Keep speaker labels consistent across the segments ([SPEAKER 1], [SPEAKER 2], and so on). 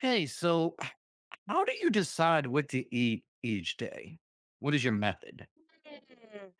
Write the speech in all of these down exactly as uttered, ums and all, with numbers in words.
[SPEAKER 1] Hey, so how do you decide what to eat each day? What is your method?
[SPEAKER 2] Mm.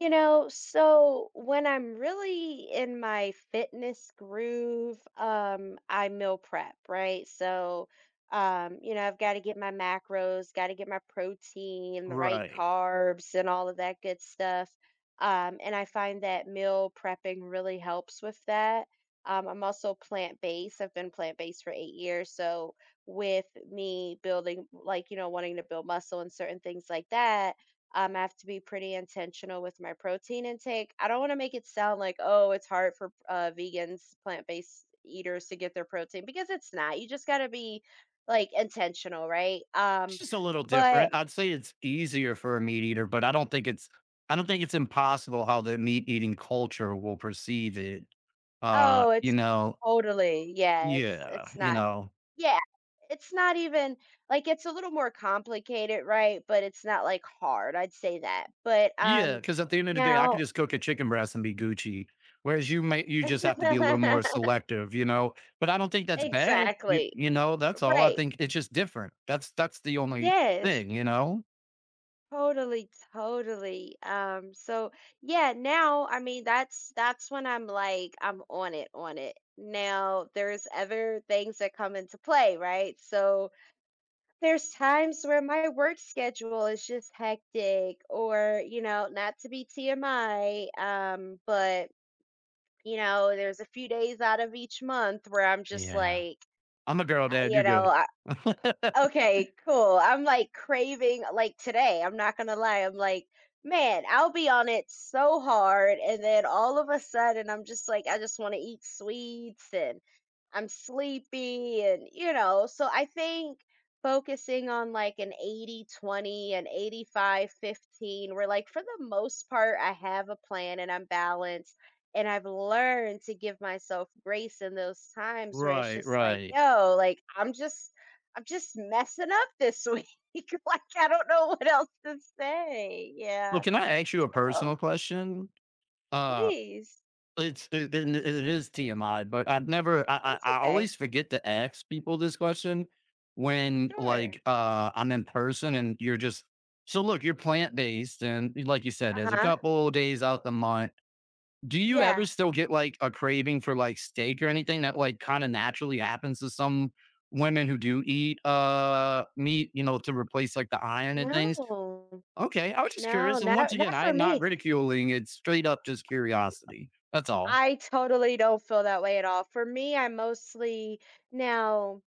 [SPEAKER 2] You know, so when I'm really in my fitness groove, um, I meal prep, right? So, um, you know, I've got to get my macros, got to get my protein, the right
[SPEAKER 1] Right.
[SPEAKER 2] carbs, and all of that good stuff. Um, and I find that meal prepping really helps with that. Um, I'm also plant-based. I've been plant-based for eight years. So, with me building, like, you know, wanting to build muscle and certain things like that um, I have to be pretty intentional with my protein intake. I don't want to make it sound like, oh, it's hard for uh, vegans, plant based eaters to get their protein because it's not. You just got to be like intentional, right?
[SPEAKER 1] It's
[SPEAKER 2] Um,
[SPEAKER 1] just a little
[SPEAKER 2] but
[SPEAKER 1] different. I'd say it's easier for a meat eater, but I don't think it's I don't think it's impossible how the meat eating culture will perceive it. Uh,
[SPEAKER 2] Oh,
[SPEAKER 1] you
[SPEAKER 2] it's
[SPEAKER 1] know,
[SPEAKER 2] totally, yeah, it's,
[SPEAKER 1] yeah,
[SPEAKER 2] it's
[SPEAKER 1] you
[SPEAKER 2] not,
[SPEAKER 1] know.
[SPEAKER 2] yeah, it's not even like it's a little more complicated, right? But it's not like hard. I'd say that. But, um,
[SPEAKER 1] Yeah, cuz at the end of the day I could
[SPEAKER 2] now,
[SPEAKER 1] just cook a chicken breast and be Gucci. Whereas you may you just have to be a little more selective, you know. But I don't think that's bad. You
[SPEAKER 2] exactly.
[SPEAKER 1] you know, that's all. I
[SPEAKER 2] Right.
[SPEAKER 1] think it's just different. That's that's the only
[SPEAKER 2] Yes.
[SPEAKER 1] thing, you know?
[SPEAKER 2] Totally, totally. Um, so yeah, now I mean that's that's when I'm like I'm on it, on it. Now there's other things that come into play, right? So there's times where my work schedule is just hectic or, you know, not to be T M I, um, but you know, there's a few days out of each month where I'm just
[SPEAKER 1] Yeah.
[SPEAKER 2] like,
[SPEAKER 1] I'm a girl
[SPEAKER 2] I-
[SPEAKER 1] dad,
[SPEAKER 2] you
[SPEAKER 1] you're good.
[SPEAKER 2] know, okay, cool. I'm like craving like today, I'm not gonna lie. I'm like, man, I'll be on it so hard and then all of a sudden I'm just like I just want to eat sweets and I'm sleepy and you know, so I think focusing on like an eighty twenty and eighty five fifteen, where like for the most part I have a plan and I'm balanced and I've learned to give myself grace in those times where it's
[SPEAKER 1] Right,
[SPEAKER 2] just like,
[SPEAKER 1] right.
[SPEAKER 2] yo, like I'm just I'm just messing up this week. Like I don't know what else to say.
[SPEAKER 1] Well,
[SPEAKER 2] Yeah.
[SPEAKER 1] can I ask you a
[SPEAKER 2] Oh,
[SPEAKER 1] personal question? Uh,
[SPEAKER 2] please.
[SPEAKER 1] it's it it it is T M I, but I've never I
[SPEAKER 2] That's
[SPEAKER 1] I I
[SPEAKER 2] okay.
[SPEAKER 1] always forget to ask people this question when,
[SPEAKER 2] Sure.
[SPEAKER 1] like, uh, I'm in person and you're just so look, you're plant-based and like you said, there's a
[SPEAKER 2] Uh-huh.
[SPEAKER 1] couple days out the month. Do you
[SPEAKER 2] Yeah.
[SPEAKER 1] ever still get like a craving for like steak or anything that like kind of naturally happens to some women who do eat uh meat, you know, to replace like the iron and things?
[SPEAKER 2] No.
[SPEAKER 1] Okay, I was just
[SPEAKER 2] No,
[SPEAKER 1] curious. And once
[SPEAKER 2] not
[SPEAKER 1] again,
[SPEAKER 2] not
[SPEAKER 1] I
[SPEAKER 2] for
[SPEAKER 1] am not
[SPEAKER 2] me.
[SPEAKER 1] ridiculing it, straight up just curiosity. That's all.
[SPEAKER 2] I totally don't feel that way at all. For me, I mostly now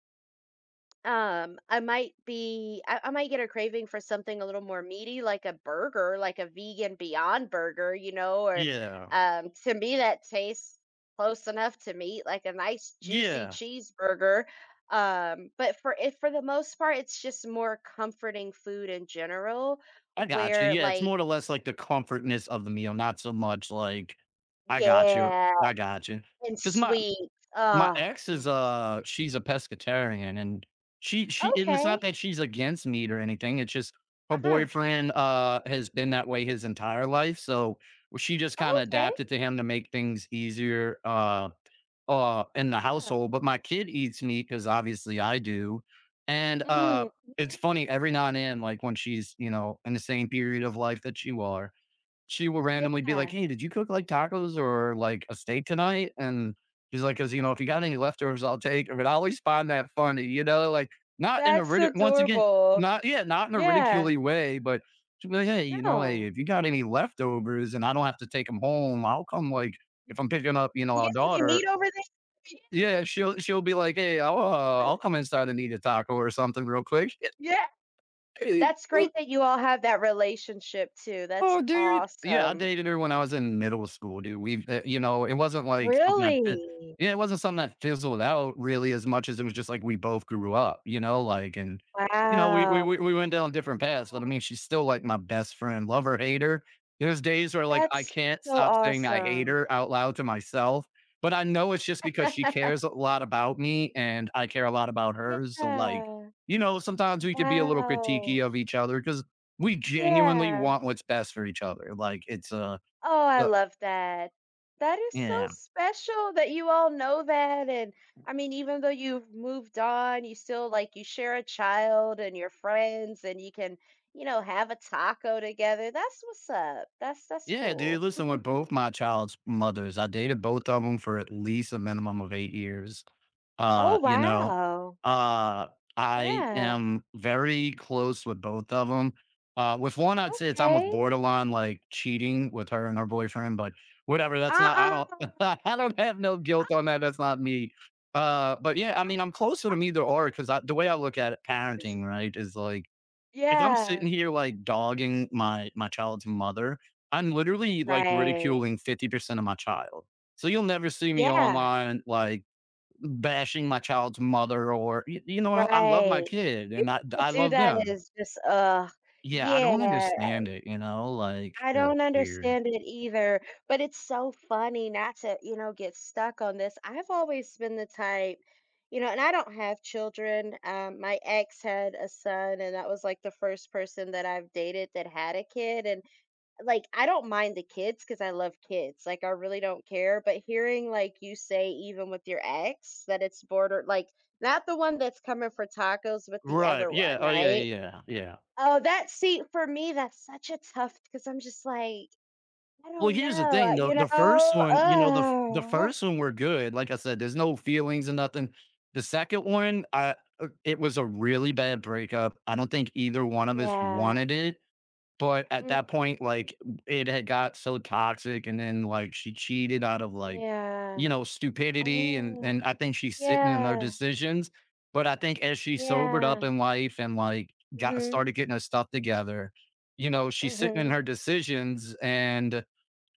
[SPEAKER 2] Um, I might be I, I might get a craving for something a little more meaty, like a burger, like a vegan Beyond Burger, you know, or
[SPEAKER 1] Yeah.
[SPEAKER 2] um, to me that tastes close enough to meat, like a nice juicy
[SPEAKER 1] Yeah.
[SPEAKER 2] cheeseburger. Um, but for it for the most part, it's just more comforting food in general,
[SPEAKER 1] I got you.
[SPEAKER 2] where
[SPEAKER 1] Yeah, it's
[SPEAKER 2] like
[SPEAKER 1] more or less like the comfortness of the meal, not so much like. I got you.
[SPEAKER 2] yeah,
[SPEAKER 1] I got you.
[SPEAKER 2] and
[SPEAKER 1] Because my
[SPEAKER 2] sweet.
[SPEAKER 1] My
[SPEAKER 2] Oh,
[SPEAKER 1] ex
[SPEAKER 2] yeah.
[SPEAKER 1] is a she's a pescatarian, and she she and it's not
[SPEAKER 2] Okay,
[SPEAKER 1] that she's against meat or anything, it's just her
[SPEAKER 2] uh huh,
[SPEAKER 1] boyfriend, uh, has been that way his entire life, so she just kinda
[SPEAKER 2] okay,
[SPEAKER 1] adapted to him to make things easier, uh uh, in the
[SPEAKER 2] yeah.
[SPEAKER 1] household, but my kid eats meat because obviously I do, and,
[SPEAKER 2] Mm
[SPEAKER 1] uh,
[SPEAKER 2] mhm,
[SPEAKER 1] it's funny every now and then, like, when she's, you know, in the same period of life that you are, she will randomly be like,
[SPEAKER 2] yeah.
[SPEAKER 1] "Hey, did you cook like tacos or like a steak tonight?" And she's like, "Cause you know, if you got any leftovers, I'll take 'em." And I always find that funny, you know, like not in a
[SPEAKER 2] That's
[SPEAKER 1] rid- once again,
[SPEAKER 2] adorable.
[SPEAKER 1] not yeah, not in a
[SPEAKER 2] Yeah.
[SPEAKER 1] ridiculey way, but she'll be like, "Hey, you know, hey,
[SPEAKER 2] No.
[SPEAKER 1] if you got any leftovers and I don't have to take them home, I'll come like if I'm picking up, you know,
[SPEAKER 2] You
[SPEAKER 1] our
[SPEAKER 2] guys any meat
[SPEAKER 1] daughter."
[SPEAKER 2] over there?
[SPEAKER 1] Yeah, she'll she'll be like, "Hey, I'll uh, I'll come inside and eat a taco or something real quick."
[SPEAKER 2] Yeah. That's great that you all have that relationship too. That's
[SPEAKER 1] Oh, dude. Yeah, I
[SPEAKER 2] awesome.
[SPEAKER 1] dated her when I was in middle school, dude. We, uh, you know, it wasn't like something that fit.
[SPEAKER 2] Really?
[SPEAKER 1] Yeah, it wasn't something that fizzled out really as much as it was just like we both grew up, you know, like and you know, we we
[SPEAKER 2] Wow.
[SPEAKER 1] we we went down different paths. But I
[SPEAKER 2] Oh,
[SPEAKER 1] mean, she's still like my best friend. Love her, hate her. There's days where like I
[SPEAKER 2] that's
[SPEAKER 1] can't
[SPEAKER 2] so
[SPEAKER 1] stop saying I hate
[SPEAKER 2] awesome.
[SPEAKER 1] her out loud to myself, but I know it's just because she cares a lot about me and I care a lot about hers. So like,
[SPEAKER 2] Yeah.
[SPEAKER 1] you know, sometimes we could be a little
[SPEAKER 2] Wow.
[SPEAKER 1] critiquey of each other because we genuinely
[SPEAKER 2] Yeah.
[SPEAKER 1] want what's best for each other. Like, it's a
[SPEAKER 2] Oh, I
[SPEAKER 1] uh,
[SPEAKER 2] love that. That is so
[SPEAKER 1] yeah.
[SPEAKER 2] special that you all know that. And I mean, even though you've moved on, you still like you share a child and your friends and you can, you know, have a taco together. That's what's up. That's that's
[SPEAKER 1] Yeah, dude,
[SPEAKER 2] cool.
[SPEAKER 1] listen, with both my child's mothers, I dated both of them for at least a minimum of eight years. Uh,
[SPEAKER 2] Oh,
[SPEAKER 1] you know,
[SPEAKER 2] wow.
[SPEAKER 1] uh, I
[SPEAKER 2] Yeah.
[SPEAKER 1] am very close with both of them. Uh, with one, I'd say it's
[SPEAKER 2] Okay.
[SPEAKER 1] almost borderline, like, cheating with her and her boyfriend, but whatever, that's not I
[SPEAKER 2] Uh-uh.
[SPEAKER 1] don't I don't have no guilt on
[SPEAKER 2] Uh-uh.
[SPEAKER 1] that, that's not me. Uh, but yeah, I mean, I'm closer to 'em either or 'cause I the way I look at it, parenting, right, is like if I'm
[SPEAKER 2] Yeah.
[SPEAKER 1] sitting here like dogging my my child's mother, I'm literally like
[SPEAKER 2] Right.
[SPEAKER 1] ridiculing fifty percent of my child. So you'll never see me
[SPEAKER 2] Yeah.
[SPEAKER 1] online like bashing my child's mother or y- you know, I love my
[SPEAKER 2] Right.
[SPEAKER 1] kid and
[SPEAKER 2] People
[SPEAKER 1] I
[SPEAKER 2] that
[SPEAKER 1] I
[SPEAKER 2] do
[SPEAKER 1] love
[SPEAKER 2] that
[SPEAKER 1] them.
[SPEAKER 2] is just uh
[SPEAKER 1] Yeah, I don't
[SPEAKER 2] yeah.
[SPEAKER 1] understand it, you know, like
[SPEAKER 2] I
[SPEAKER 1] Ugh,
[SPEAKER 2] don't
[SPEAKER 1] weird.
[SPEAKER 2] understand it either, but it's so funny not to, you know, get stuck on this. I've always been the type, you know, and I don't have children. Um, my ex had a son, and that was like the first person that I've dated that had a kid. And like, I don't mind the kids because I love kids. Like, I really don't care. But hearing like you say, even with your ex, that it's border, like, not the one that's coming for tacos, but the
[SPEAKER 1] Right.
[SPEAKER 2] other
[SPEAKER 1] Yeah,
[SPEAKER 2] one,
[SPEAKER 1] oh yeah,
[SPEAKER 2] right?
[SPEAKER 1] yeah, yeah.
[SPEAKER 2] Oh, that see for me, that's such a tough because I'm just like, I
[SPEAKER 1] Well,
[SPEAKER 2] don't
[SPEAKER 1] here's the
[SPEAKER 2] know,
[SPEAKER 1] thing though,
[SPEAKER 2] you
[SPEAKER 1] the
[SPEAKER 2] know?
[SPEAKER 1] first one, you know, the f the
[SPEAKER 2] Ugh.
[SPEAKER 1] first one were good, like I said, there's no feelings and nothing. The second one, I uh, it was a really bad breakup, I don't think either one of us
[SPEAKER 2] Yeah.
[SPEAKER 1] wanted it, but at
[SPEAKER 2] Mhm.
[SPEAKER 1] that point, like, it had got so toxic and then, like, she cheated out of, like,
[SPEAKER 2] Yeah.
[SPEAKER 1] you know, stupidity and
[SPEAKER 2] Oh,
[SPEAKER 1] and I think she's sitting in her
[SPEAKER 2] yeah.
[SPEAKER 1] decisions, but I think as she sobered up
[SPEAKER 2] Yeah.
[SPEAKER 1] in life and, like, got
[SPEAKER 2] Mhm.
[SPEAKER 1] started getting her stuff together, you know, she's sitting in
[SPEAKER 2] Mhm.
[SPEAKER 1] her decisions and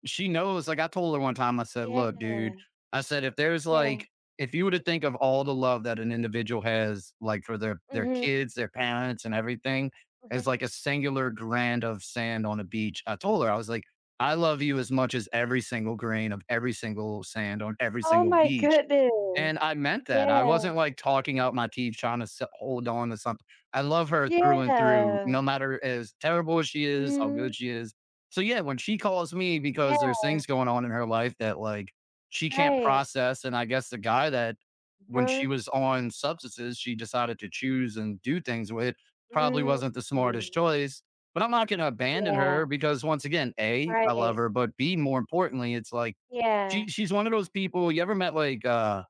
[SPEAKER 1] she knows, like I told her one time, I said, look, dude,
[SPEAKER 2] Yeah.
[SPEAKER 1] I said, if there's
[SPEAKER 2] Yeah.
[SPEAKER 1] like, if you were to think of all the love that an individual has, like for their, their
[SPEAKER 2] Mhm.
[SPEAKER 1] kids, their parents and everything as
[SPEAKER 2] Mhm.
[SPEAKER 1] like a singular grain of sand on a beach, I told her, I was like, I love you as much as every single grain of every single sand on every
[SPEAKER 2] Oh
[SPEAKER 1] single
[SPEAKER 2] my
[SPEAKER 1] beach.
[SPEAKER 2] goodness.
[SPEAKER 1] And I meant that. I
[SPEAKER 2] Yeah.
[SPEAKER 1] wasn't, like, talking out my teeth trying to s hold on to something. I love her through and through,
[SPEAKER 2] Yeah.
[SPEAKER 1] no matter as terrible as she is, how
[SPEAKER 2] Mhm.
[SPEAKER 1] good she is. So, yeah, when she calls me
[SPEAKER 2] Yeah,
[SPEAKER 1] because there's things going on in her life that, like, she can't
[SPEAKER 2] right.
[SPEAKER 1] process, and I guess the guy that when she
[SPEAKER 2] Huh.
[SPEAKER 1] was on substances, she decided to choose and do things with,
[SPEAKER 2] Mhm.
[SPEAKER 1] probably
[SPEAKER 2] Mm.
[SPEAKER 1] wasn't the smartest
[SPEAKER 2] Mhm.
[SPEAKER 1] choice, but I'm not gonna abandon
[SPEAKER 2] Yeah,
[SPEAKER 1] her because once again, A, I love
[SPEAKER 2] right.
[SPEAKER 1] her, but B, more importantly, it's like
[SPEAKER 2] Yeah.
[SPEAKER 1] she she's one of those people you ever met, like, uh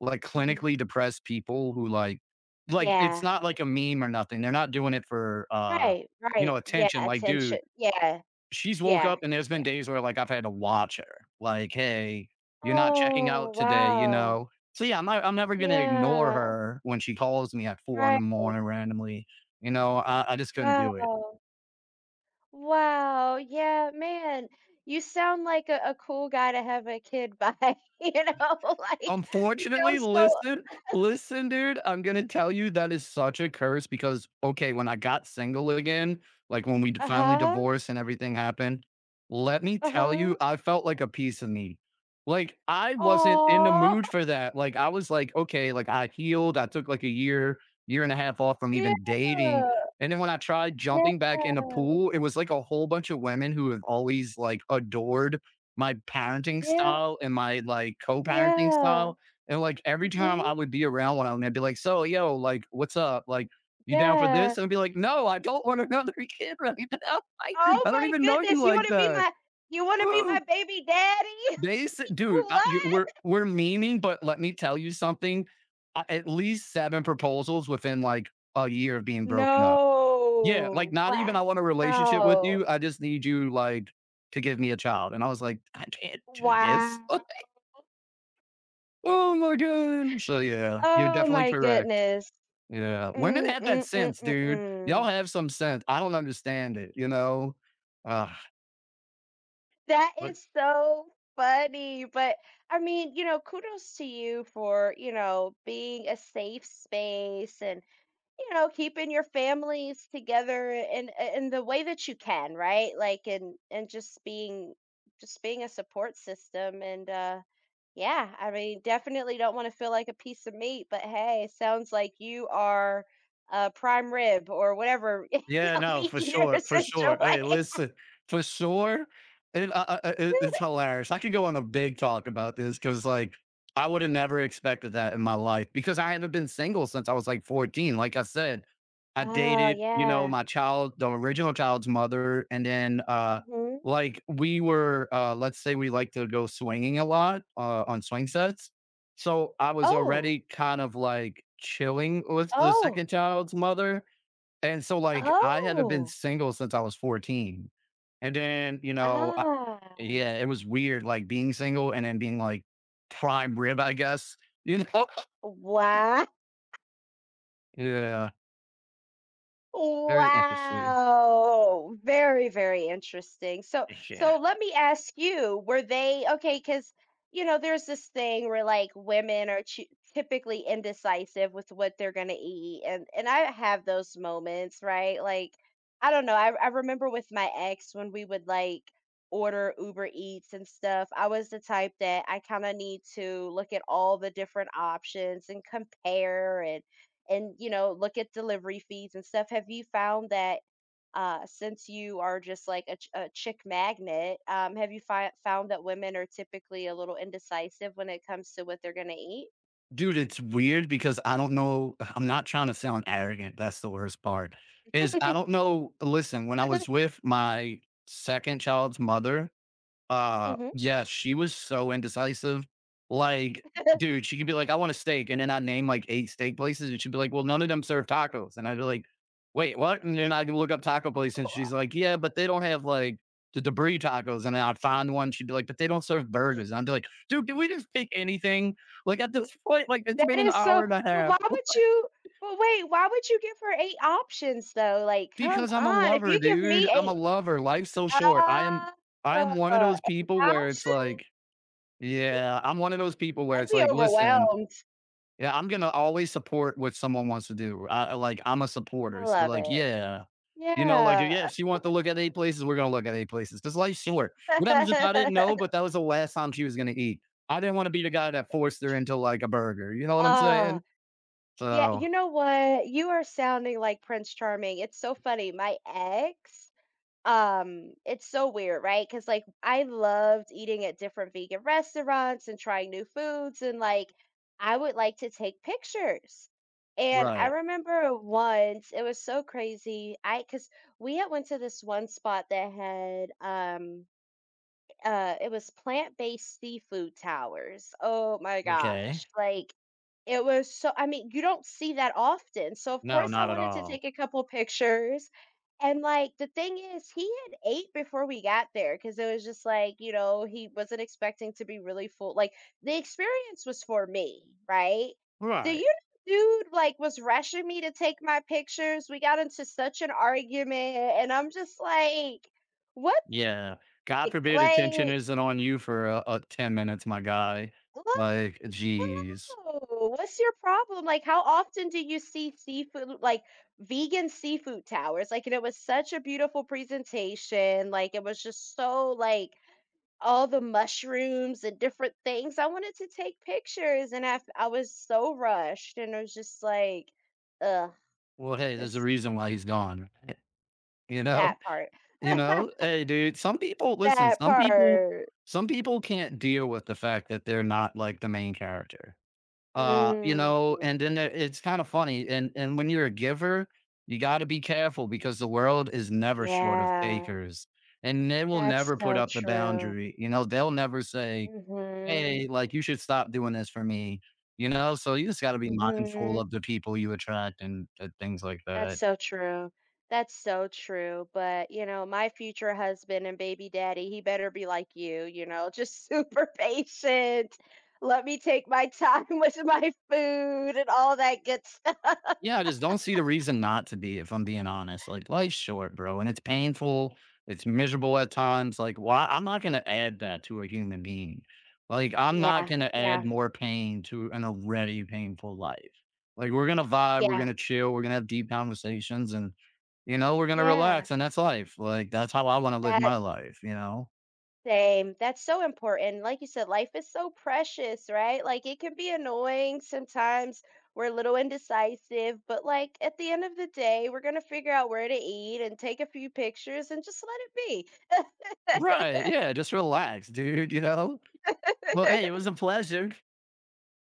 [SPEAKER 1] like
[SPEAKER 2] Mhm.
[SPEAKER 1] clinically depressed people who like like it's
[SPEAKER 2] Yeah.
[SPEAKER 1] not like a meme or nothing. They're not doing it for uh,
[SPEAKER 2] Right,
[SPEAKER 1] you
[SPEAKER 2] right.
[SPEAKER 1] know,
[SPEAKER 2] Yeah,
[SPEAKER 1] attention. Like, dude,
[SPEAKER 2] attention. Yeah.
[SPEAKER 1] she's woke
[SPEAKER 2] Yeah.
[SPEAKER 1] up and there's been
[SPEAKER 2] Yeah.
[SPEAKER 1] days where like I've had to watch her. Like, hey, you're not checking
[SPEAKER 2] Oh,
[SPEAKER 1] out today, you
[SPEAKER 2] wow.
[SPEAKER 1] know. So yeah, I'm not, I'm never gonna ignore
[SPEAKER 2] Yeah.
[SPEAKER 1] her when she calls me at four in the
[SPEAKER 2] Right.
[SPEAKER 1] morning randomly. You know, I, I just couldn't do it.
[SPEAKER 2] Wow. Wow. Yeah, man. You sound like a, a cool guy to have a kid by, you know, like you sound
[SPEAKER 1] Unfortunately,
[SPEAKER 2] so
[SPEAKER 1] listen, listen, dude, I'm gonna tell you that is such a curse because, okay, when I got single again, like when we d- finally
[SPEAKER 2] uh-huh.
[SPEAKER 1] divorced and everything happened, let me tell
[SPEAKER 2] Uh-huh.
[SPEAKER 1] you, I felt like a piece of me. Like I wasn't in the
[SPEAKER 2] Oh,
[SPEAKER 1] mood for that. Like I was like, okay, like I healed. I took like a year, year and a half off from even
[SPEAKER 2] yeah.
[SPEAKER 1] dating. And then when I tried
[SPEAKER 2] Yeah.
[SPEAKER 1] jumping back in the pool, it was like a whole bunch of women who have always like adored my parenting
[SPEAKER 2] Yeah.
[SPEAKER 1] style and my, like, co-parenting
[SPEAKER 2] Yeah.
[SPEAKER 1] style, and, like, every time
[SPEAKER 2] Hmm.
[SPEAKER 1] I would be around one of them, 'em, I'd be like, "So, yo, like, what's up? Like, you down for
[SPEAKER 2] Yeah.
[SPEAKER 1] this?" And I'd be like, "No, I don't want another kid right now. I
[SPEAKER 2] Oh
[SPEAKER 1] I don't
[SPEAKER 2] my
[SPEAKER 1] even know
[SPEAKER 2] goodness.
[SPEAKER 1] you
[SPEAKER 2] You
[SPEAKER 1] like
[SPEAKER 2] want to be
[SPEAKER 1] that."
[SPEAKER 2] my you want to be my
[SPEAKER 1] Ooh,
[SPEAKER 2] baby daddy?
[SPEAKER 1] they s dude, I you
[SPEAKER 2] What?
[SPEAKER 1] we're we're meaning, but let me tell you something, uh, at least seven proposals within, like, a year of being broken up. Yeah, like,
[SPEAKER 2] No.
[SPEAKER 1] "Not even I want a relationship with
[SPEAKER 2] Wow.
[SPEAKER 1] you, I just need you, like, to give me a child." And I was like, "I can't do this."
[SPEAKER 2] Wow.
[SPEAKER 1] Oh my god. So yeah, you're
[SPEAKER 2] Oh
[SPEAKER 1] definitely
[SPEAKER 2] my
[SPEAKER 1] correct.
[SPEAKER 2] goodness.
[SPEAKER 1] Yeah. Women
[SPEAKER 2] Mm,
[SPEAKER 1] had that
[SPEAKER 2] mm, mm,
[SPEAKER 1] sense,
[SPEAKER 2] mm,
[SPEAKER 1] dude. Y'all
[SPEAKER 2] mm.
[SPEAKER 1] have some sense. I don't understand it, you know? Ugh.
[SPEAKER 2] That is so funny. But I mean, you know, kudos to you for, you know, being a safe space and, you know, keeping your families together in in the way that you can, right? Like and and just being just being a support system and uh yeah, I mean, definitely don't want to feel like a piece of meat, but hey, sounds like you are a prime rib or whatever, you
[SPEAKER 1] Yeah,
[SPEAKER 2] know,
[SPEAKER 1] no,
[SPEAKER 2] meat
[SPEAKER 1] for
[SPEAKER 2] eater
[SPEAKER 1] sure, for
[SPEAKER 2] essential.
[SPEAKER 1] sure. Hey, listen, for sure, it, uh, uh, uh, it, it's hilarious. I could go on a big talk about this because, like, I would have never expected that in my life because I haven't been single since I was like fourteen. Like I said, I
[SPEAKER 2] Wow,
[SPEAKER 1] dated, you know,
[SPEAKER 2] yeah.
[SPEAKER 1] my child, the original child's mother, and then, uh,
[SPEAKER 2] Hmm.
[SPEAKER 1] like we were, uh, let's say we like to go swinging a lot uh, on swing sets. So I was
[SPEAKER 2] Oh,
[SPEAKER 1] already kind of like chilling with the
[SPEAKER 2] oh,
[SPEAKER 1] second child's mother and so, like, I haven't been
[SPEAKER 2] oh,
[SPEAKER 1] single since I was fourteen. And then, you know, I
[SPEAKER 2] ah,
[SPEAKER 1] yeah, it was weird, like, being single and then being, like, prime rib, I guess, you know?
[SPEAKER 2] wow.
[SPEAKER 1] Yeah, very interesting.
[SPEAKER 2] Wow. Very, very interesting. So,
[SPEAKER 1] Yeah.
[SPEAKER 2] so let me ask you, were they okay? Because, you know, there's this thing where like women are choo- typically indecisive with what they're going to eat. And and I have those moments, right? Like, I don't know. I I remember with my ex when we would like order Uber Eats and stuff. I was the type that I kind of need to look at all the different options and compare and and you know look at delivery fees and stuff have you found that uh, since you are just like a, ch- a chick magnet um, have you fi- found that women are typically a little indecisive when it comes to what they're going to eat
[SPEAKER 1] Dude, it's weird because I don't know I'm not trying to sound arrogant, that's the worst part, is I don't know listen, when I was with my second child's mother, Uh,
[SPEAKER 2] hmm.
[SPEAKER 1] yeah, she was so indecisive. Like, dude, she could be like, "I want a steak," and then I name like eight steak places, and she'd be like, "Well, none of them serve tacos." And I'd be like, "Wait, what?" And then I'd look up taco place, and she's like, "Yeah, but they don't have like the debris tacos." And then I'd find one. She'd be like, "But they don't serve burgers." And I'd be like, "Dude, can we just pick anything?" Like at this point, like it's
[SPEAKER 2] That
[SPEAKER 1] been an
[SPEAKER 2] is so.
[SPEAKER 1] hour and a
[SPEAKER 2] But
[SPEAKER 1] half.
[SPEAKER 2] why
[SPEAKER 1] What?
[SPEAKER 2] would you? But wait, why would you give her eight options though? Like, come
[SPEAKER 1] Because I'm a
[SPEAKER 2] on! If you
[SPEAKER 1] lover,
[SPEAKER 2] give
[SPEAKER 1] dude.
[SPEAKER 2] me
[SPEAKER 1] I'm a
[SPEAKER 2] eight,
[SPEAKER 1] lover. Life's so short. I am
[SPEAKER 2] uh,
[SPEAKER 1] I am one of
[SPEAKER 2] uh,
[SPEAKER 1] those people
[SPEAKER 2] eight
[SPEAKER 1] where it's
[SPEAKER 2] options,
[SPEAKER 1] like. Yeah, I'm one of those people where
[SPEAKER 2] I'd
[SPEAKER 1] it's
[SPEAKER 2] be
[SPEAKER 1] like, listen,
[SPEAKER 2] overwhelmed.
[SPEAKER 1] yeah, I'm gonna always support what someone wants to do. I I like I'm a
[SPEAKER 2] I
[SPEAKER 1] supporter. So
[SPEAKER 2] love
[SPEAKER 1] like,
[SPEAKER 2] it.
[SPEAKER 1] yeah. You know, like
[SPEAKER 2] Yeah.
[SPEAKER 1] yeah, if she wants to look at eight places, we're gonna look at eight places. This life's short. What happens if I didn't know, but that was the last time she was gonna eat? I didn't want to be the guy that forced her into like a burger. You know what I'm
[SPEAKER 2] Oh,
[SPEAKER 1] saying?
[SPEAKER 2] yeah.
[SPEAKER 1] So
[SPEAKER 2] You know what? You are sounding like Prince Charming. It's so funny. My ex, um, it's so weird, right? Because like I loved eating at different vegan restaurants and trying new foods, and like I would like to take pictures. And I
[SPEAKER 1] right.
[SPEAKER 2] remember once it was so crazy. I Because we had went to this one spot that had um uh it was plant-based seafood towers. Oh my
[SPEAKER 1] Okay.
[SPEAKER 2] gosh. Like it was so I mean, you don't see that often, so of
[SPEAKER 1] No,
[SPEAKER 2] course I
[SPEAKER 1] not at
[SPEAKER 2] wanted to
[SPEAKER 1] all.
[SPEAKER 2] take a couple pictures, and, like, the thing is, he had ate before we got there because it was just, like, you know, he wasn't expecting to be really full like, the experience was for me, right? The
[SPEAKER 1] Right.
[SPEAKER 2] you Dude, like, was rushing me to take my pictures, we got into such an argument, and I'm just like, "What
[SPEAKER 1] Yeah. God
[SPEAKER 2] the
[SPEAKER 1] forbid attention
[SPEAKER 2] like,
[SPEAKER 1] isn't on you for uh, uh, ten minutes, my guy.
[SPEAKER 2] look."
[SPEAKER 1] Like, geez.
[SPEAKER 2] Hello. What's your problem? Like, how often do you see seafood, like vegan seafood towers? Like, and it was such a beautiful presentation. Like, it was just so like all the mushrooms and different things. I wanted to take pictures, and I f- I was so rushed, and it was just like, ugh,
[SPEAKER 1] Well, hey, there's a
[SPEAKER 2] just
[SPEAKER 1] reason why he's gone, you know?
[SPEAKER 2] that part,
[SPEAKER 1] You know? Hey, dude, some people listen,
[SPEAKER 2] that
[SPEAKER 1] some people
[SPEAKER 2] part.
[SPEAKER 1] some people can't deal with the fact that they're not, like, the main character. Uh, you
[SPEAKER 2] Mm,
[SPEAKER 1] know, and then there it's kinda funny, and and when you're a giver, you gotta be careful because the world is never short of
[SPEAKER 2] yeah,
[SPEAKER 1] takers, and they will
[SPEAKER 2] that's
[SPEAKER 1] never put
[SPEAKER 2] so
[SPEAKER 1] up the
[SPEAKER 2] true.
[SPEAKER 1] boundary, you know? They'll never say,
[SPEAKER 2] Mm-hmm.
[SPEAKER 1] "Hey, like, you should stop doing this for me," you know? So you just gotta be mindful
[SPEAKER 2] Mm-hmm.
[SPEAKER 1] of the people you attract and and things like
[SPEAKER 2] That's
[SPEAKER 1] that.
[SPEAKER 2] so true. That's so true. But, you know, my future husband and baby daddy, he better be like you, you know, just super patient. Let me take my time with my food and all that good stuff.
[SPEAKER 1] Yeah, I just don't see the reason not to be, if I'm being honest. Like, life's short, bro, and it's painful. It's miserable at times. Like, why? I'm not going to add that to a human being. Like, I'm not
[SPEAKER 2] Yeah,
[SPEAKER 1] going to add
[SPEAKER 2] yeah,
[SPEAKER 1] more pain to an already painful life. Like, we're going to vibe. We're
[SPEAKER 2] yeah,
[SPEAKER 1] going to chill. We're going to have deep conversations and, you know, we're going to
[SPEAKER 2] yeah.
[SPEAKER 1] relax. And that's life. Like, that's how I want to live
[SPEAKER 2] That
[SPEAKER 1] my life, you know?
[SPEAKER 2] Same. That's so important. Like you said, life is so precious, right? Like it can be annoying sometimes. We're a little indecisive, but like at the end of the day, we're gonna figure out where to eat and take a few pictures and just let it be.
[SPEAKER 1] Right. Yeah. Just relax, dude, you know? Well, hey, it was a pleasure.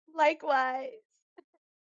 [SPEAKER 2] Likewise.